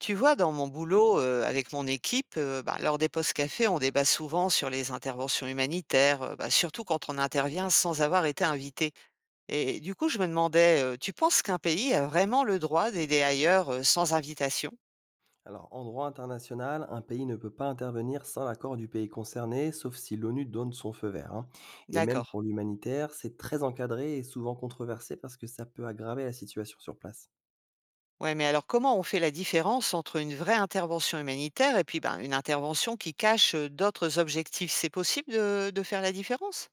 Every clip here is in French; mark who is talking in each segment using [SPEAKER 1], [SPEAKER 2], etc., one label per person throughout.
[SPEAKER 1] Tu vois, dans mon boulot, avec mon équipe, lors des postes cafés, on débat souvent sur les interventions humanitaires, surtout quand on intervient sans avoir été invité. Et du coup, je me demandais, tu penses qu'un pays a vraiment le droit d'aider ailleurs sans invitation?
[SPEAKER 2] Alors, en droit international, un pays ne peut pas intervenir sans l'accord du pays concerné, sauf si l'ONU donne son feu vert. Hein. Et même
[SPEAKER 1] D'accord.
[SPEAKER 2] pour l'humanitaire, c'est très encadré et souvent controversé parce que ça peut aggraver la situation sur place.
[SPEAKER 1] Ouais, mais alors comment on fait la différence entre une vraie intervention humanitaire et puis ben, une intervention qui cache d'autres objectifs? C'est possible de faire la différence?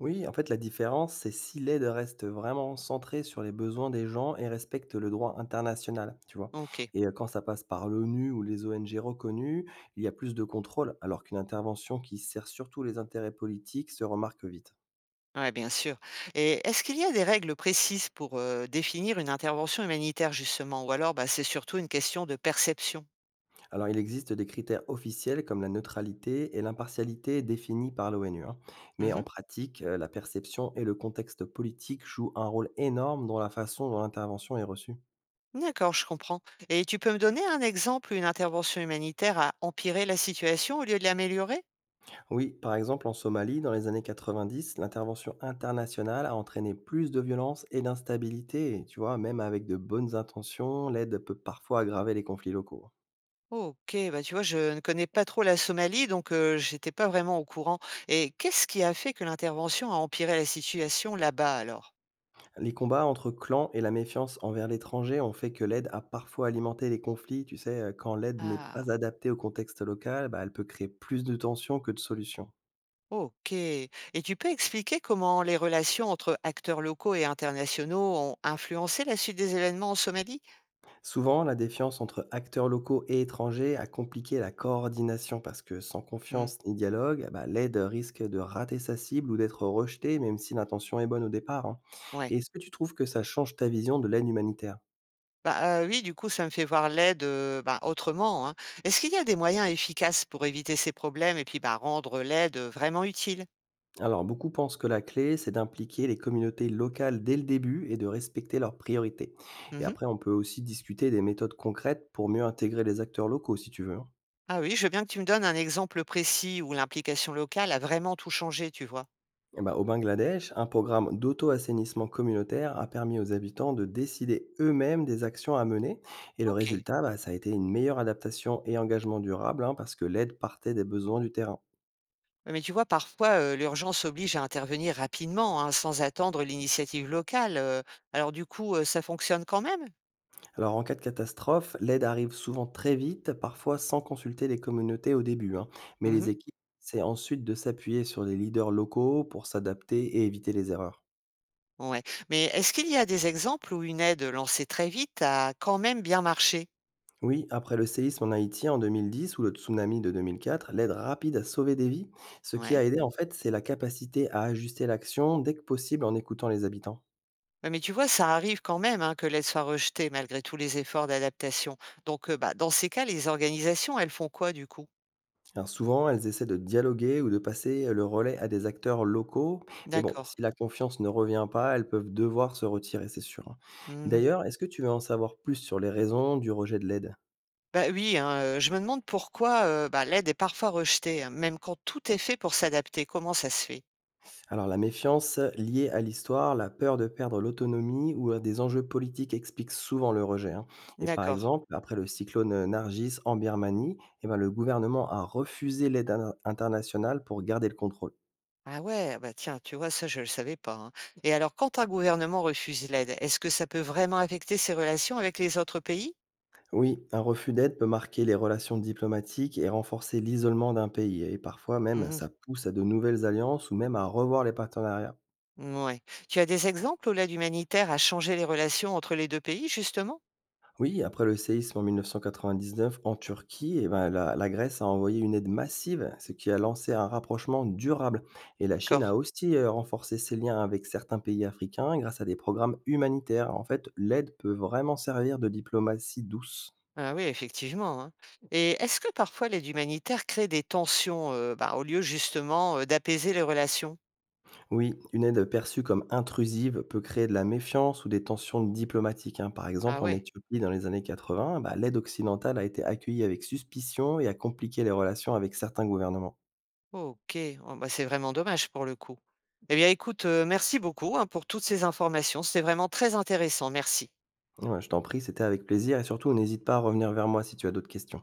[SPEAKER 2] Oui, en fait, la différence, c'est si l'aide reste vraiment centrée sur les besoins des gens et respecte le droit international, tu vois.
[SPEAKER 1] Ok.
[SPEAKER 2] Et quand ça passe par l'ONU ou les ONG reconnues, il y a plus de contrôle, alors qu'une intervention qui sert surtout les intérêts politiques se remarque vite.
[SPEAKER 1] Ouais, bien sûr. Et est-ce qu'il y a des règles précises pour définir une intervention humanitaire, justement, ou alors bah, c'est surtout une question de perception?
[SPEAKER 2] Alors, il existe des critères officiels comme la neutralité et l'impartialité définis par l'ONU. Hein. Mais en
[SPEAKER 1] Mhm.
[SPEAKER 2] pratique, la perception et le contexte politique jouent un rôle énorme dans la façon dont l'intervention est reçue.
[SPEAKER 1] D'accord, je comprends. Et tu peux me donner un exemple où une intervention humanitaire a empiré la situation au lieu de l'améliorer?
[SPEAKER 2] Oui, par exemple, en Somalie, dans les années 90, l'intervention internationale a entraîné plus de violence et d'instabilité. Et tu vois, même avec de bonnes intentions, l'aide peut parfois aggraver les conflits locaux. Hein.
[SPEAKER 1] Oh, ok, bah tu vois, je ne connais pas trop la Somalie, donc j'étais pas vraiment au courant. Et qu'est-ce qui a fait que l'intervention a empiré la situation là-bas alors?
[SPEAKER 2] Les combats entre clans et la méfiance envers l'étranger ont fait que l'aide a parfois alimenté les conflits. Tu sais, quand l'aide n'est pas
[SPEAKER 1] Ah.
[SPEAKER 2] adaptée au contexte local, bah, elle peut créer plus de tensions que de solutions.
[SPEAKER 1] OK et tu peux expliquer comment les relations entre acteurs locaux et internationaux ont influencé la suite des événements en Somalie?
[SPEAKER 2] Souvent, la défiance entre acteurs locaux et étrangers a compliqué la coordination parce que sans
[SPEAKER 1] Mmh,
[SPEAKER 2] confiance ni dialogue, bah, l'aide risque de rater sa cible ou d'être rejetée, même si l'intention est bonne au départ, hein.
[SPEAKER 1] ouais.
[SPEAKER 2] Et est-ce que tu trouves que ça change ta vision de l'aide humanitaire?
[SPEAKER 1] Bah, oui, du coup, ça me fait voir l'aide, bah, autrement, hein. Est-ce qu'il y a des moyens efficaces pour éviter ces problèmes et puis, bah, rendre l'aide, vraiment utile?
[SPEAKER 2] Alors, beaucoup pensent que la clé, c'est d'impliquer les communautés locales dès le début et de respecter leurs priorités. Et
[SPEAKER 1] Mmh.
[SPEAKER 2] après, on peut aussi discuter des méthodes concrètes pour mieux intégrer les acteurs locaux, si tu veux. Hein.
[SPEAKER 1] Ah oui, je veux bien que tu me donnes un exemple précis où l'implication locale a vraiment tout changé, tu vois?
[SPEAKER 2] Eh ben, au Bangladesh, un programme d'auto-assainissement communautaire a permis aux habitants de décider eux-mêmes des actions à mener. Et le
[SPEAKER 1] OK.
[SPEAKER 2] résultat, bah, ça a été une meilleure adaptation et engagement durable, hein, parce que l'aide partait des besoins du terrain.
[SPEAKER 1] Ouais, mais tu vois, parfois, l'urgence oblige à intervenir rapidement, hein, sans attendre l'initiative locale, alors du coup, ça fonctionne quand même?
[SPEAKER 2] Alors, en cas de catastrophe, l'aide arrive souvent très vite, parfois sans consulter les communautés au début, hein. Mais
[SPEAKER 1] Mmh.
[SPEAKER 2] les équipes essaient ensuite de s'appuyer sur les leaders locaux pour s'adapter et éviter les erreurs.
[SPEAKER 1] Ouais. Mais est-ce qu'il y a des exemples où une aide lancée très vite a quand même bien marché?
[SPEAKER 2] Oui, après le séisme en Haïti en 2010 ou le tsunami de 2004, l'aide rapide a sauvé des vies. Ce qui
[SPEAKER 1] Ouais.
[SPEAKER 2] a aidé, en fait, c'est la capacité à ajuster l'action dès que possible en écoutant les habitants.
[SPEAKER 1] Ouais, mais tu vois, ça arrive quand même, hein, que l'aide soit rejetée malgré tous les efforts d'adaptation. Donc, bah, dans ces cas, les organisations, elles font quoi du coup?
[SPEAKER 2] Alors souvent, elles essaient de dialoguer ou de passer le relais à des acteurs locaux, mais bon,
[SPEAKER 1] D'accord.
[SPEAKER 2] si la confiance ne revient pas, elles peuvent devoir se retirer, c'est sûr. Hein. Et
[SPEAKER 1] Mmh.
[SPEAKER 2] d'ailleurs, est-ce que tu veux en savoir plus sur les raisons du rejet de l'aide?
[SPEAKER 1] Bah, oui, hein, je me demande pourquoi, bah, l'aide est parfois rejetée, hein, même quand tout est fait pour s'adapter. Comment ça se fait?
[SPEAKER 2] Alors la méfiance liée à l'histoire, la peur de perdre l'autonomie ou à des enjeux politiques expliquent souvent le rejet. Hein. Et par
[SPEAKER 1] D'accord.
[SPEAKER 2] exemple, après le cyclone Nargis en Birmanie, eh ben, le gouvernement a refusé l'aide internationale pour garder le contrôle.
[SPEAKER 1] Ah ouais, bah tiens, tu vois, ça, je ne le savais pas, hein. Et alors, quand un gouvernement refuse l'aide, est-ce que ça peut vraiment affecter ses relations avec les autres pays?
[SPEAKER 2] Oui, un refus d'aide peut marquer les relations diplomatiques et renforcer l'isolement d'un pays. Et parfois même,
[SPEAKER 1] Mhm.
[SPEAKER 2] ça pousse à de nouvelles alliances ou même à revoir les partenariats.
[SPEAKER 1] Ouais. Tu as des exemples où l'aide humanitaire a changé les relations entre les deux pays, justement?
[SPEAKER 2] Oui, après le séisme en 1999 en Turquie, eh ben, la Grèce a envoyé une aide massive, ce qui a lancé un rapprochement durable. Et la Chine
[SPEAKER 1] D'accord.
[SPEAKER 2] a aussi renforcé ses liens avec certains pays africains grâce à des programmes humanitaires. En fait, l'aide peut vraiment servir de diplomatie douce.
[SPEAKER 1] Ah oui, effectivement, hein. Et est-ce que parfois l'aide humanitaire crée des tensions, bah, au lieu justement d'apaiser les relations?
[SPEAKER 2] Oui, une aide perçue comme intrusive peut créer de la méfiance ou des tensions diplomatiques. Hein. Par
[SPEAKER 1] Ah
[SPEAKER 2] exemple, en
[SPEAKER 1] ouais,
[SPEAKER 2] Éthiopie, dans les années 80, bah, l'aide occidentale a été accueillie avec suspicion et a compliqué les relations avec certains gouvernements.
[SPEAKER 1] ok. Oh, bah, c'est vraiment dommage pour le coup. Eh bien, écoute, merci beaucoup, hein, pour toutes ces informations. C'était vraiment très intéressant. Merci.
[SPEAKER 2] Ouais, je t'en prie, c'était avec plaisir et surtout n'hésite pas à revenir vers moi si tu as d'autres questions.